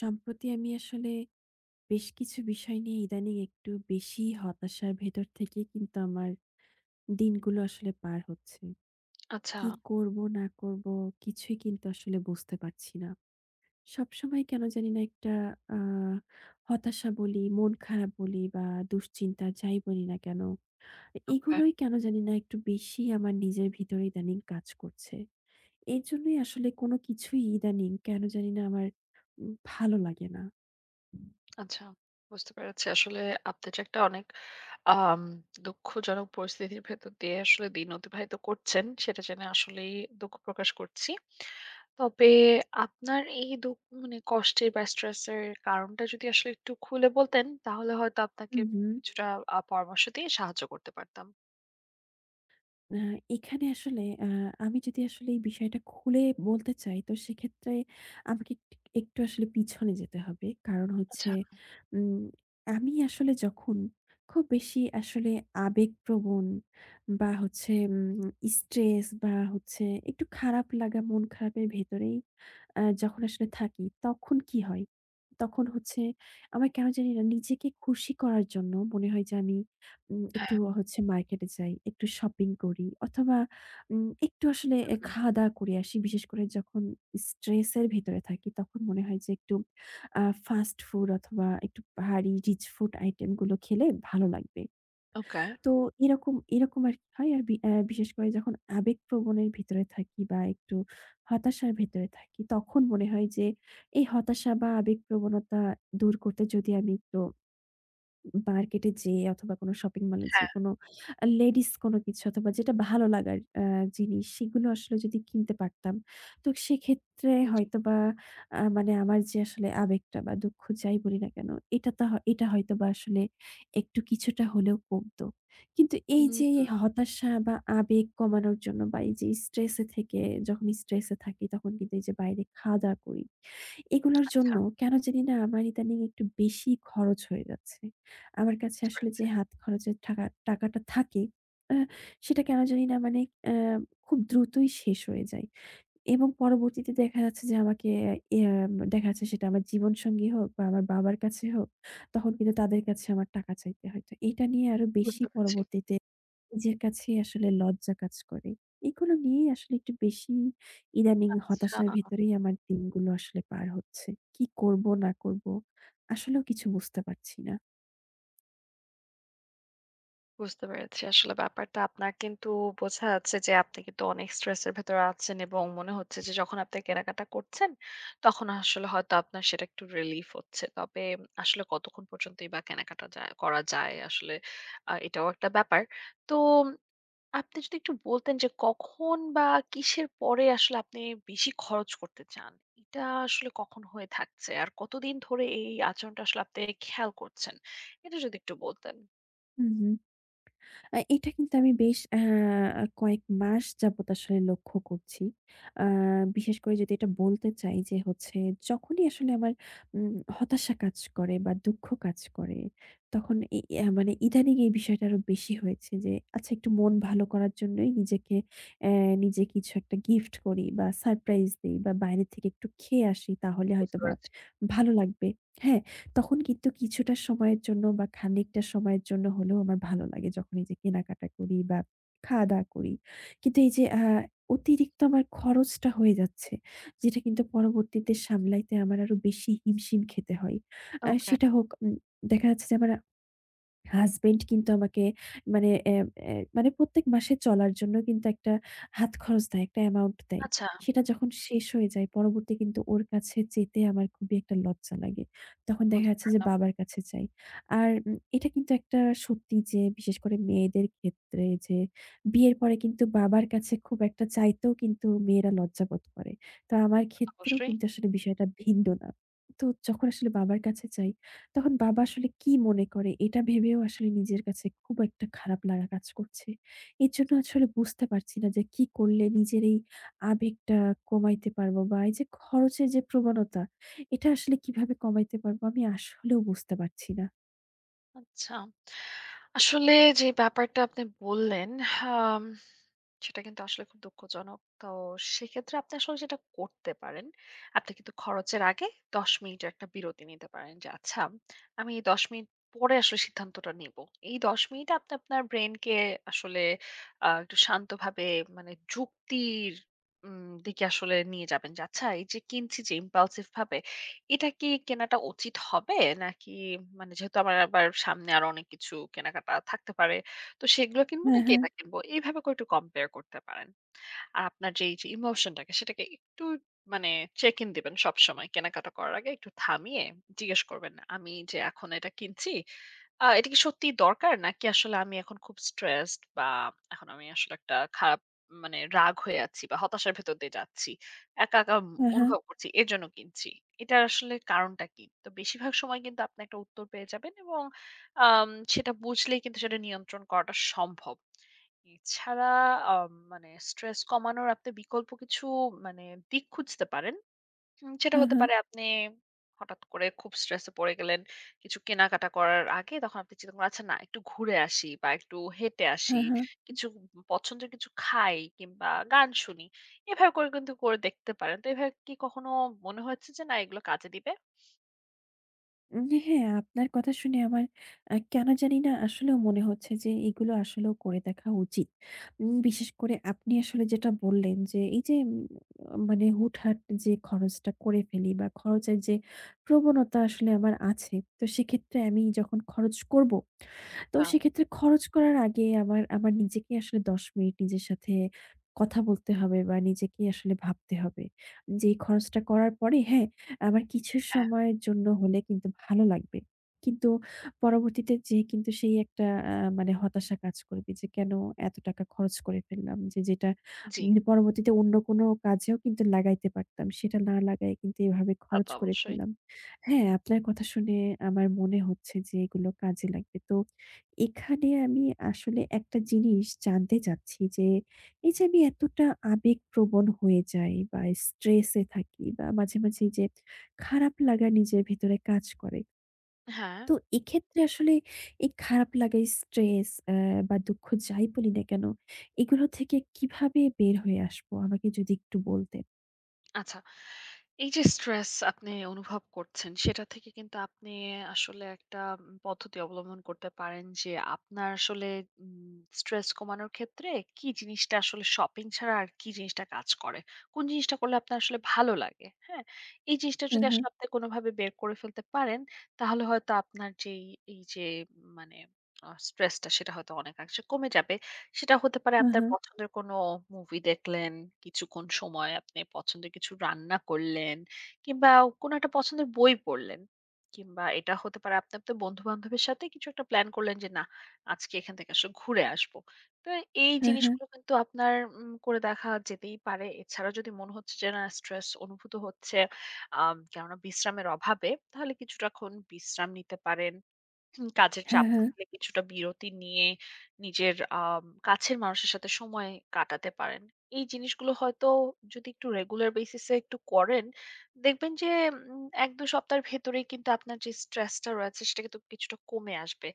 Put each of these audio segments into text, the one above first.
সম্প্রতি আমি আসলে বেশ কিছু বিষয় নিয়ে ইদানিং একটু বেশি হতাশার ভেতর থেকে কিন্তু আমার দিনগুলো আসলে পার হচ্ছে। আচ্ছা, কি করব না করব কিছুই কিন্তু আসলে বুঝতে পারছি না। সবসময় কেন জানি না একটা আ হতাশা বলি, মন খারাপ বলি বা দুশ্চিন্তা যাই বলি না কেন, ওকে। এগুলোই কেন জানি না একটু বেশি আমার নিজের ভিতরে ইদানিং কাজ করছে। এই জন্যই আসলে কোনো কিছুই ইদানিং কেন জানি না আমার ভালো লাগে না। আচ্ছা, বুঝতে পেরেছি। আসলে আপনি যে একটা অনেক আম দুঃখজনক পরিস্থিতির ভেতর দিয়ে আসলে দিন অতিবাহিত করছেন, সেটা জেনে আসলেই দুঃখ প্রকাশ করছি। তবে আপনার এই দুঃখ মানে কষ্টের বা স্ট্রেসের কারণটা যদি আসলে একটু খুলে বলতেন, তাহলে হয়তো হু, আপনাকে হু। কিছুটা পরামর্শ দিয়ে সাহায্য করতে পারতাম। আ এখানে আসলে আমি যদি আসলে এই বিষয়টা খুলে বলতে চাই, তো সেক্ষেত্রে আমাকে একটু একটু আসলে পিছনে যেতে হবে। কারণ হচ্ছে আচ্ছা, উম আমি আসলে যখন খুব বেশি আসলে আবেগপ্রবণ বা হচ্ছে স্ট্রেস বা হচ্ছে একটু খারাপ লাগা, মন খারাপের ভেতরেই যখন আসলে থাকি, তখন কি হয়? তখন হচ্ছে আমার কেন জানি না নিজেকে খুশি করার জন্য মনে হয় যে আমি একটু হ্যাঁ। হচ্ছে মার্কেটে যাই, একটু শপিং করি অথবা একটু আসলে হুম, খাওয়া-দাওয়া করে আসি। বিশেষ করে যখন স্ট্রেসের ভেতরে থাকি তখন মনে হয় যে একটু ফাস্ট ফুড অথবা একটু ভারী রিচ ফুড আইটেম গুলো খেলে ভালো লাগবে। ওকে। তো এরকম, এরকম আরকি হয়। আর বি অ্যা বিশেষ করে যখন আবেগপ্রবণের ভিতরে থাকি বা একটু হতাশার ভেতরে থাকি তখন মনে হয় যে এই হতাশা বা আবেগপ্রবণতা দূর করতে যদি আমি একটু মার্কেটে যেয়ে অথবা কোনো শপিং মলে যেয়ে হ্যাঁ, কোনো লেডিস কোনো কিছু অথবা যেটা ভালো লাগার জিনিস সেগুলো আসলে যদি কিনতে পারতাম। তো সেক্ষেত্রে জি। হয়তোবা মানে আমার যে আসলে আবেগটা বা দুঃখ যাই বলি না কেন, এটা তো এটা হয়তোবা আসলে একটু কিছুটা হলেও কমতো। কিন্তু এই যে উম হতাশা বা আবেগ কমানোর জন্য বা এই যে স্ট্রেসে থেকে যখন স্ট্রেসে থাকি তখন কিন্তু এই যে বাইরে খাওয়া-দাওয়া করি। এগুলোর জন্য আচ্ছা, কেন জানি না আমার ইদানিং একটু বেশি খরচ হয়ে যাচ্ছে। আমার কাছে বুঝতে আসলে যে পেরেছি। হাত খরচের টাকাটা থাকে আ সেটা কেন জানি না মানে আ খুব দ্রুতই শেষ হয়ে যায় এবং পরবর্তীতে দেখা যাচ্ছে যে আমাকে ইয়া দেখা যাচ্ছে সেটা আমার জীবনসঙ্গী হোক বা আমার বাবার কাছে হোক, তখন কিন্তু তাদের কাছে আমার টাকা চাইতে হয়। তো এটা নিয়ে আরো বেশি বুঝতে পেরেছি। পরবর্তীতে নিজের কাছেই আসলে লজ্জা কাজ করে। এগুলো নিয়েই আসলে একটু বেশি ইদানিং আচ্ছা। হতাশার ভেতরেই আমার দিনগুলো আসলে পার হচ্ছে। কি করব না করব আসলেও কিছু বুঝতে পারছি না। বুঝতে পেরেছি। আসলে ব্যাপারটা আপনার কিন্তু বোঝা যাচ্ছে যে আপনি কিন্তু অনেক স্ট্রেসের ভেতরে আছেন এবং মনে হচ্ছে যে যখন আপনি কেনাকাটা করছেন তখন আসলে হয়তো আপনার সেটা একটু রিলিফ হচ্ছে। তবে আসলে কতক্ষণ পর্যন্তই বা কেনাকাটা যায় করা যায় আসলে এটাও একটা ব্যাপার। তো উম, আপনি যদি একটু বলতেন যে কখন বা কিসের পরে আসলে আপনি বেশি খরচ করতে চান? এটা আসলে কখন হয়ে থাকছে? আর কতদিন ধরে এই আচরণটা আসলে আপনি খেয়াল করছেন? এটা যদি একটু বলতেন। হু, হু। এটা কিন্তু আমি বেশ কয়েক মাস যাবত আসলে লক্ষ্য করছি। আ বিশেষ করে যদি এটা বলতে চাই যে হচ্ছে যখনই আসলে আমার উম হতাশা কাজ করে বা দুঃখ কাজ করে, তখন এ এ মানে ইদানিং এই বিষয়টা আরো বেশি হয়েছে যে আচ্ছা একটু মন ভালো করার জন্যই নিজেকে অ্যা নিজে কিছু একটা গিফট করি বা সারপ্রাইজ দেই বা বাইরে থেকে একটু খেয়ে আসি তাহলে বুঝতে হয়তোবা পেরেছি। ভালো লাগবে। হ্যাঁ? তখন কিন্তু কিছুটা সময়ের জন্য বা খানিকটা সময়ের জন্য হলেও আমার ভালো লাগে যখন এই যে কেনাকাটা করি বা খাওয়া-দাওয়া করি। কিন্তু এই যে অতিরিক্ত আমার খরচটা হয়ে যাচ্ছে, যেটা কিন্তু পরবর্তীতে সামলাইতে আমার আরো বেশি হিমশিম খেতে হয়। ওকে। সেটা হোক দেখা যাচ্ছে যে আমার হাসব্যান্ড কিন্তু আমাকে মানে অ্যা অ্যা মানে প্রত্যেক মাসে চলার জন্য কিন্তু একটা হাত খরচ দেয়, একটা অ্যামাউন্ট দেয়। আচ্ছা সেটা যখন শেষ হয়ে যায় পরবর্তী কিন্তু ওর কাছে যেতে আমার খুবই একটা লজ্জা লাগে। তখন দেখা বুঝতে যাচ্ছে যে পারলাম। বাবার কাছে যাই। আর এটা কিন্তু একটা সত্যি যে বিশেষ করে মেয়েদের ক্ষেত্রে যে বিয়ের পরে কিন্তু বাবার কাছে খুব একটা চাইতেও কিন্তু মেয়েরা লজ্জা বোধ করে। তো আমার তা তো ক্ষেত্রেও অবশ্যই। কিন্তু আসলে বিষয়টা ভিন্ন না। তো যখন আসলে বাবার কাছে যাই তখন বাবা আসলে কি মনে করে এটা ভেবেও আসলে নিজের কাছে খুব একটা খারাপ লাগা কাজ করছে। এর জন্য আসলে বুঝতে পারছি না যে কি করলে নিজের এই আবেগটা কমাইতে পারবো বা এই যে খরচের যে প্রবণতা এটা আসলে কিভাবে কমাইতে পারবো আমি আসলেও বুঝতে পারছি না। আচ্ছা। আসলে যে ব্যাপারটা আপনি বললেন আম সেটা কিন্তু আসলে খুব দুঃখজনক। তো সেক্ষেত্রে আপনি আসলে যেটা করতে পারেন, আপনি কিন্তু খরচের আগে ১০ মিনিটের একটা বিরতি নিতে পারেন যে, আচ্ছা আমি ১০ মিনিট পরে আসলে সিদ্ধান্তটা নিবো। এই ১০ মিনিটে আপনি আপনার ব্রেইনকে আসলে একটু শান্তভাবে মানে যুক্তির দিকে আসলে নিয়ে যাবেন যে, আচ্ছা এই যে কিনছি যে impulsive ভাবে, এটা কি কেনাটা উচিত হবে? নাকি মানে যেহেতু আমার আবার সামনে আরো অনেক কিছু কেনাকাটা থাকতে পারে। তো সেগুলো কিনবো হ্যাঁ, নাকি হ্যাঁ, এটা কিনবো? এইভাবে করে একটু কম্পেয়ার করতে পারেন। আর আপনার যে এই যে ইমোশনটাকে সেটাকে একটু মানে চেক ইন দিবেন সবসময় কেনাকাটা করার আগে একটু থামিয়ে জিজ্ঞেস করবেন আমি যে এখন এটা কিনছি এটা কি সত্যি দরকার নাকি আসলে আমি এখন খুব স্ট্রেসড বা এখন আমি আসলে একটা খারাপ মানে রাগ হয়ে আছি বা হতাশার ভেতর দিয়ে যাচ্ছি একা একা হ্যাঁ, হ্যাঁ, অনুভব করছি এর জন্য কিনছি এটা আসলে কারণটা কি তো বেশিরভাগ সময় কিন্তু আপনি একটা উত্তর পেয়ে যাবেন এবং সেটা বুঝলেই কিন্তু সেটা নিয়ন্ত্রণ করাটা সম্ভব এছাড়া আ মানে স্ট্রেস কমানোর আপনি বিকল্প কিছু মানে দিক খুঁজতে পারেন। সেটা হ্যাঁ, হতে হ্যাঁ, পারে আপনি হঠাৎ করে খুব স্ট্রেসে পড়ে গেলেন। কিছু কেনাকাটা করার আগে তখন আপনি চিন্তা করেন, "আচ্ছা না একটু ঘুরে আসি বা একটু হেঁটে আসি। হ্যাঁ, হ্যাঁ। কিছু পছন্দের কিছু খাই কিংবা গান শুনি।" এভাবে করে কিন্তু করে দেখতে পারেন। তো এভাবে কি কখনো মনে হয়েছে যে না এগুলো কাজে দিবে? হ্যাঁ, আপনার কথা শুনে আমার কেন জানি না আসলেও মনে হচ্ছে যে এগুলো আসলেও করে দেখা উচিত। বিশেষ করে আপনি আসলে যেটা বললেন যে এই যে মানে হুটহাট যে খরচটা করে ফেলি বা খরচের যে প্রবণতা আসলে আমার আছে। তো সেক্ষেত্রে আমি যখন খরচ করব, তো আ সেক্ষেত্রে খরচ করার আগে আমার আমার নিজেকে আসলে ১০ মিনিট নিজের সাথে কথা বলতে হবে বা নিজেকেই আসলে ভাবতে হবে। যে এই খরচটা করার পরে হ্যাঁ আমার কিছু হ্যাঁ, সময়ের জন্য হলে কিন্তু ভালো লাগবে। কিন্তু পরবর্তীতে যেয়ে কিন্তু সেই একটা মানে হতাশা কাজ করবে যে কেন এত টাকা খরচ করে ফেললাম? যে যেটা জি। পরবর্তীতে অন্য কোনো কাজেও কিন্তু লাগাইতে পারতাম। সেটা না লাগায়ে কিন্তু এভাবে তা খরচ তো করে অবশ্যই। ফেললাম। হ্যাঁ, আপনার কথা শুনে আমার মনে হচ্ছে যে এগুলো কাজে লাগবে। তো এখানে আমি আসলে একটা জিনিস জানতে চাচ্ছি যে এই যে আমি এতটা আবেগপ্রবণ হয়ে যাই বা স্ট্রেসে থাকি বা মাঝে, মাঝে এই যে খারাপ লাগা নিজের ভেতরে কাজ করে। হ্যাঁ। তো এক্ষেত্রে আসলে এই খারাপ লাগা, স্ট্রেস বা দুঃখ যাই বলি না কেন, এগুলো থেকে কিভাবে বের হয়ে আসবো? আমাকে যদি একটু বলতেন। আচ্ছা। এই যে স্ট্রেস আপনি অনুভব করছেন সেটা থেকে কিন্তু আপনি আসলে একটা পদ্ধতি অবলম্বন করতে পারেন যে আপনার আসলে স্ট্রেস কমানোর ক্ষেত্রে কি জিনিসটা আসলে শপিং ছাড়া আর কি জিনিসটা কাজ করে কোন জিনিসটা করলে আপনার আসলে ভালো লাগে হ্যাঁ এই জিনিসটা হ্যাঁ, যদি হ্যাঁ, আসলে আপনি কোনোভাবে বের করে ফেলতে পারেন তাহলে হয়তো আপনার যে এই যে মানে স্ট্রেসটা সেটা হয়তো অনেকাংশে কমে যাবে সেটা হতে পারে হ্যাঁ, আপনার হ্যাঁ, পছন্দের কোনো মুভি দেখলেন, কিছুক্ষণ সময় আপনি পছন্দের কিছু রান্না করলেন কিংবা কোনো একটা পছন্দের বই পড়লেন। কিংবা এটা হতে পারে আপনি আপনার বন্ধু-বান্ধবের সাথে কিছু একটা প্ল্যান করলেন যে, "না, আজকে এখান থেকে আসলে ঘুরে আসবো।" তো এই হ্যাঁ, হ্যাঁ, জিনিসগুলো কিন্তু আপনার করে দেখা যেতেই পারে। এছাড়াও যদি মনে হচ্ছে যে, না স্ট্রেস অনুভূত হচ্ছে, কেননা বিশ্রামের অভাবে, তাহলে কিছুটাক্ষণ বিশ্রাম নিতে পারেন। হুম, কাজের হ্যাঁ, চাপ হ্যাঁ, হ্যাঁ, থেকে কিছুটা বিরতি নিয়ে নিজের কাছের মানুষের সাথে সময় কাটাতে পারেন। এই জিনিসগুলো হয়তো যদি একটু রেগুলার বেসিসে একটু করেন, দেখবেন যে ১-২ সপ্তাহের ভেতরেই কিন্তু আপনার যে স্ট্রেসটা রয়েছে সেটা কিন্তু কিছুটা কমে আসবে।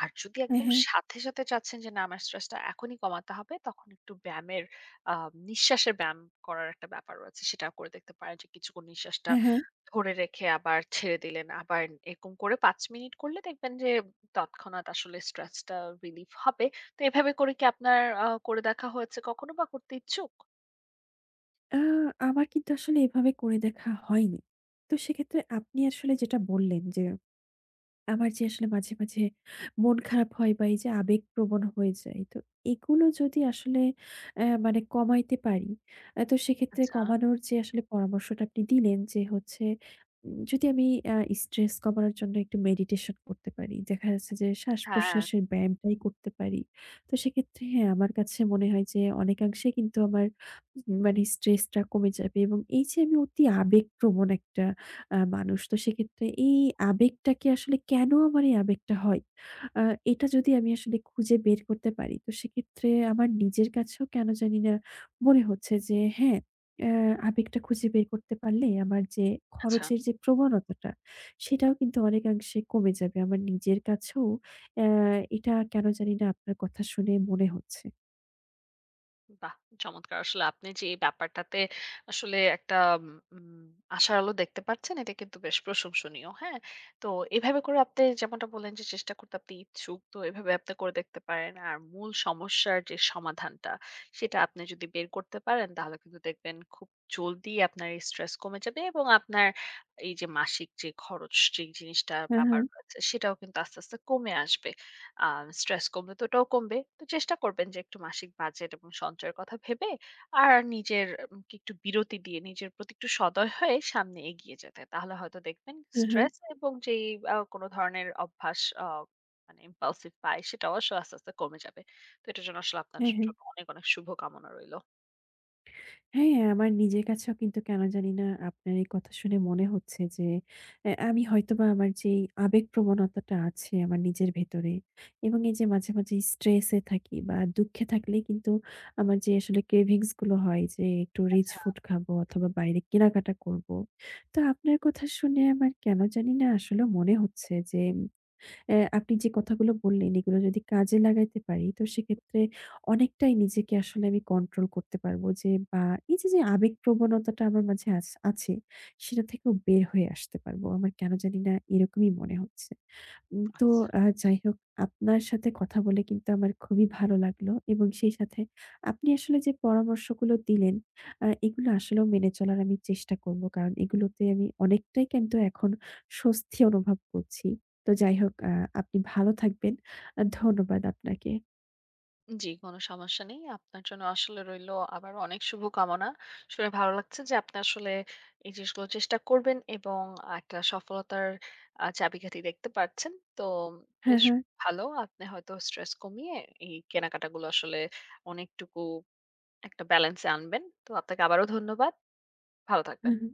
আর যদি একদম হ্যাঁ, সাথে, সাথে চাচ্ছেন যে না আমার স্ট্রেসটা এখনই কমাতে হবে তখন একটু ব্যায়ামের আ নিঃশ্বাসের ব্যায়াম করার একটা ব্যাপার রয়েছে। সেটা করে দেখতে পারেন যে কিছুক্ষণ নিঃশ্বাসটা হ্যাঁ, হ্যাঁ। ধরে রেখে আবার ছেড়ে দিলেন। আবার এরকম করে ৫ মিনিট করলে দেখবেন যে তৎক্ষণাৎ আসলে স্ট্রেসটা রিলিফ হবে। তো এভাবে করে কি আপনার করে দেখা হয়েছে কখনো বা করতে ইচ্ছুক? আ আমার কিন্তু আসলে এভাবে করে দেখা হয়নি। তো সেক্ষেত্রে আপনি আসলে যেটা বললেন যে আমার যে আসলে মাঝে, মাঝে মন খারাপ হয় বা এই যে আবেগপ্রবণ হয়ে যাই। তো এগুলো যদি আসলে মানে কমাইতে পারি, তো সেক্ষেত্রে আচ্ছা। কমানোর যে আসলে পরামর্শটা আপনি দিলেন যে হচ্ছে যদি আমি আ স্ট্রেস কমানোর জন্য একটু মেডিটেশন করতে পারি। দেখা যাচ্ছে যে হ্যাঁ, শ্বাস-প্রশ্বাসের ব্যায়ামটাই করতে পারি। তো সেক্ষেত্রে হ্যাঁ, আমার কাছে মনে হয় যে অনেকাংশে কিন্তু আমার মানে স্ট্রেসটা কমে যাবে এবং এই যে আমি অতি আবেগপ্রবণ একটা মানুষ। তো সেক্ষেত্রে এই আবেগটাকে আসলে কেন আমার এই আবেগটা হয়? আ এটা যদি আমি আসলে খুঁজে বের করতে পারি, তো সেক্ষেত্রে আমার নিজের কাছেও কেন জানি না মনে হচ্ছে যে হ্যাঁ, অ্যা আবেগটা খুঁজে বের করতে পারলে আমার যে আচ্ছা। খরচের যে প্রবণতাটা, সেটাও কিন্তু অনেকাংশে কমে যাবে। আমার নিজের কাছেও অ্যা এটা কেন জানি না আপনার কথা শুনে মনে হচ্ছে। বাহ! চমৎকার। আসলে আপনি যে এই ব্যাপারটাতে আসলে একটা উম আশার আলো দেখতে পাচ্ছেন, এটা কিন্তু বেশ প্রশংসনীয়। হ্যাঁ? তো এভাবে করে আপনি যেমনটা বললেন যে চেষ্টা করতে আপনি ইচ্ছুক। তো এভাবে আপনি করে দেখতে পারেন। আর মূল সমস্যার যে সমাধানটা, সেটা আপনি যদি বের করতে পারেন তাহলে কিন্তু দেখবেন খুব জলদি আপনার এই স্ট্রেস কমে যাবে এবং আপনার এই যে মাসিক যে খরচ যে জিনিসটার হ্যাঁ, ব্যাপার হ্যাঁ। রয়েছে, সেটাও কিন্তু আস্তে, আস্তে কমে আসবে। স্ট্রেস কমবে তো ওটাও কমবে। তো চেষ্টা করবেন যে একটু মাসিক বাজেট এবং সঞ্চয়ের কথা ভেবে আর নিজের কে একটু বিরতি দিয়ে নিজের প্রতি একটু সদয় হয়ে সামনে এগিয়ে যেতে। তাহলে হয়তো দেখবেন হ্যাঁ, হ্যাঁ। স্ট্রেস এবং যেই কোনো ধরনের অভ্যাস মানে impulsive buy সেটাও আসলে আস্তে, আস্তে কমে যাবে। তো এটার জন্য আসলে আপনার হ্যাঁ, জন্য হ্যাঁ। অনেক, অনেক শুভকামনা রইলো। হ্যাঁ, হ্যাঁ, আমার নিজের কাছেও কিন্তু কেন জানি না আপনার এই কথা শুনে মনে হচ্ছে যে আমি হয়তোবা আমার যেই আবেগ প্রবণতাটা আছে আমার নিজের ভেতরে এবং এই যে মাঝে, মাঝে স্ট্রেস এ থাকি বা দুঃখে থাকলেই কিন্তু আমার যে আসলে ক্রেভিংস গুলো হয় যে একটু রিচ ফুড খাবো অথবা বাইরে কেনাকাটা করব। তো আপনার কথা শুনে আমার কেন জানি না আসলে মনে হচ্ছে যে আপনি যে কথাগুলো বললেন এগুলো যদি কাজে লাগাইতে পারি তো সেক্ষেত্রে অনেকটাই নিজেকে আসলে আমি কন্ট্রোল করতে পারবো যে বা এই যে, যে আবেগ প্রবণতাটা আমার মাঝে আছে সেটা থেকেও বের হয়ে আসতে পারবো। আমার কেন জানি না এরকমই মনে হচ্ছে। তো আচ্ছা। যাই হোক আপনার সাথে কথা বলে কিন্তু আমার খুবই ভালো লাগলো এবং সেই সাথে আপনি আসলে যে পরামর্শগুলো দিলেন এগুলো আসলেও মেনে চলার আমি চেষ্টা করব। কারণ এগুলোতে আমি অনেকটাই কিন্তু এখন স্বস্তি অনুভব করছি। তো যাই হোক আপনি ভালো থাকবেন। ধন্যবাদ আপনাকে। জি, কোনো সমস্যা নেই। আপনার জন্য আসলে রইলো আবার অনেক শুভকামনা। শুনে ভালো লাগছে যে আপনি আসলে এই জিনিসগুলো চেষ্টা করবেন এবং একটা সফলতার চাবিকাঠি দেখতে পারছেন। তো হ্যাঁ, বেশ হ্যাঁ। ভালো। আপনি হয়তো স্ট্রেস কমিয়ে এই কেনাকাটাগুলো আসলে অনেকটুকু একটা ব্যালেন্সে আনবেন। তো আপনাকে আবারও ধন্যবাদ। ভালো থাকবেন। হ্যাঁ, হ্যাঁ।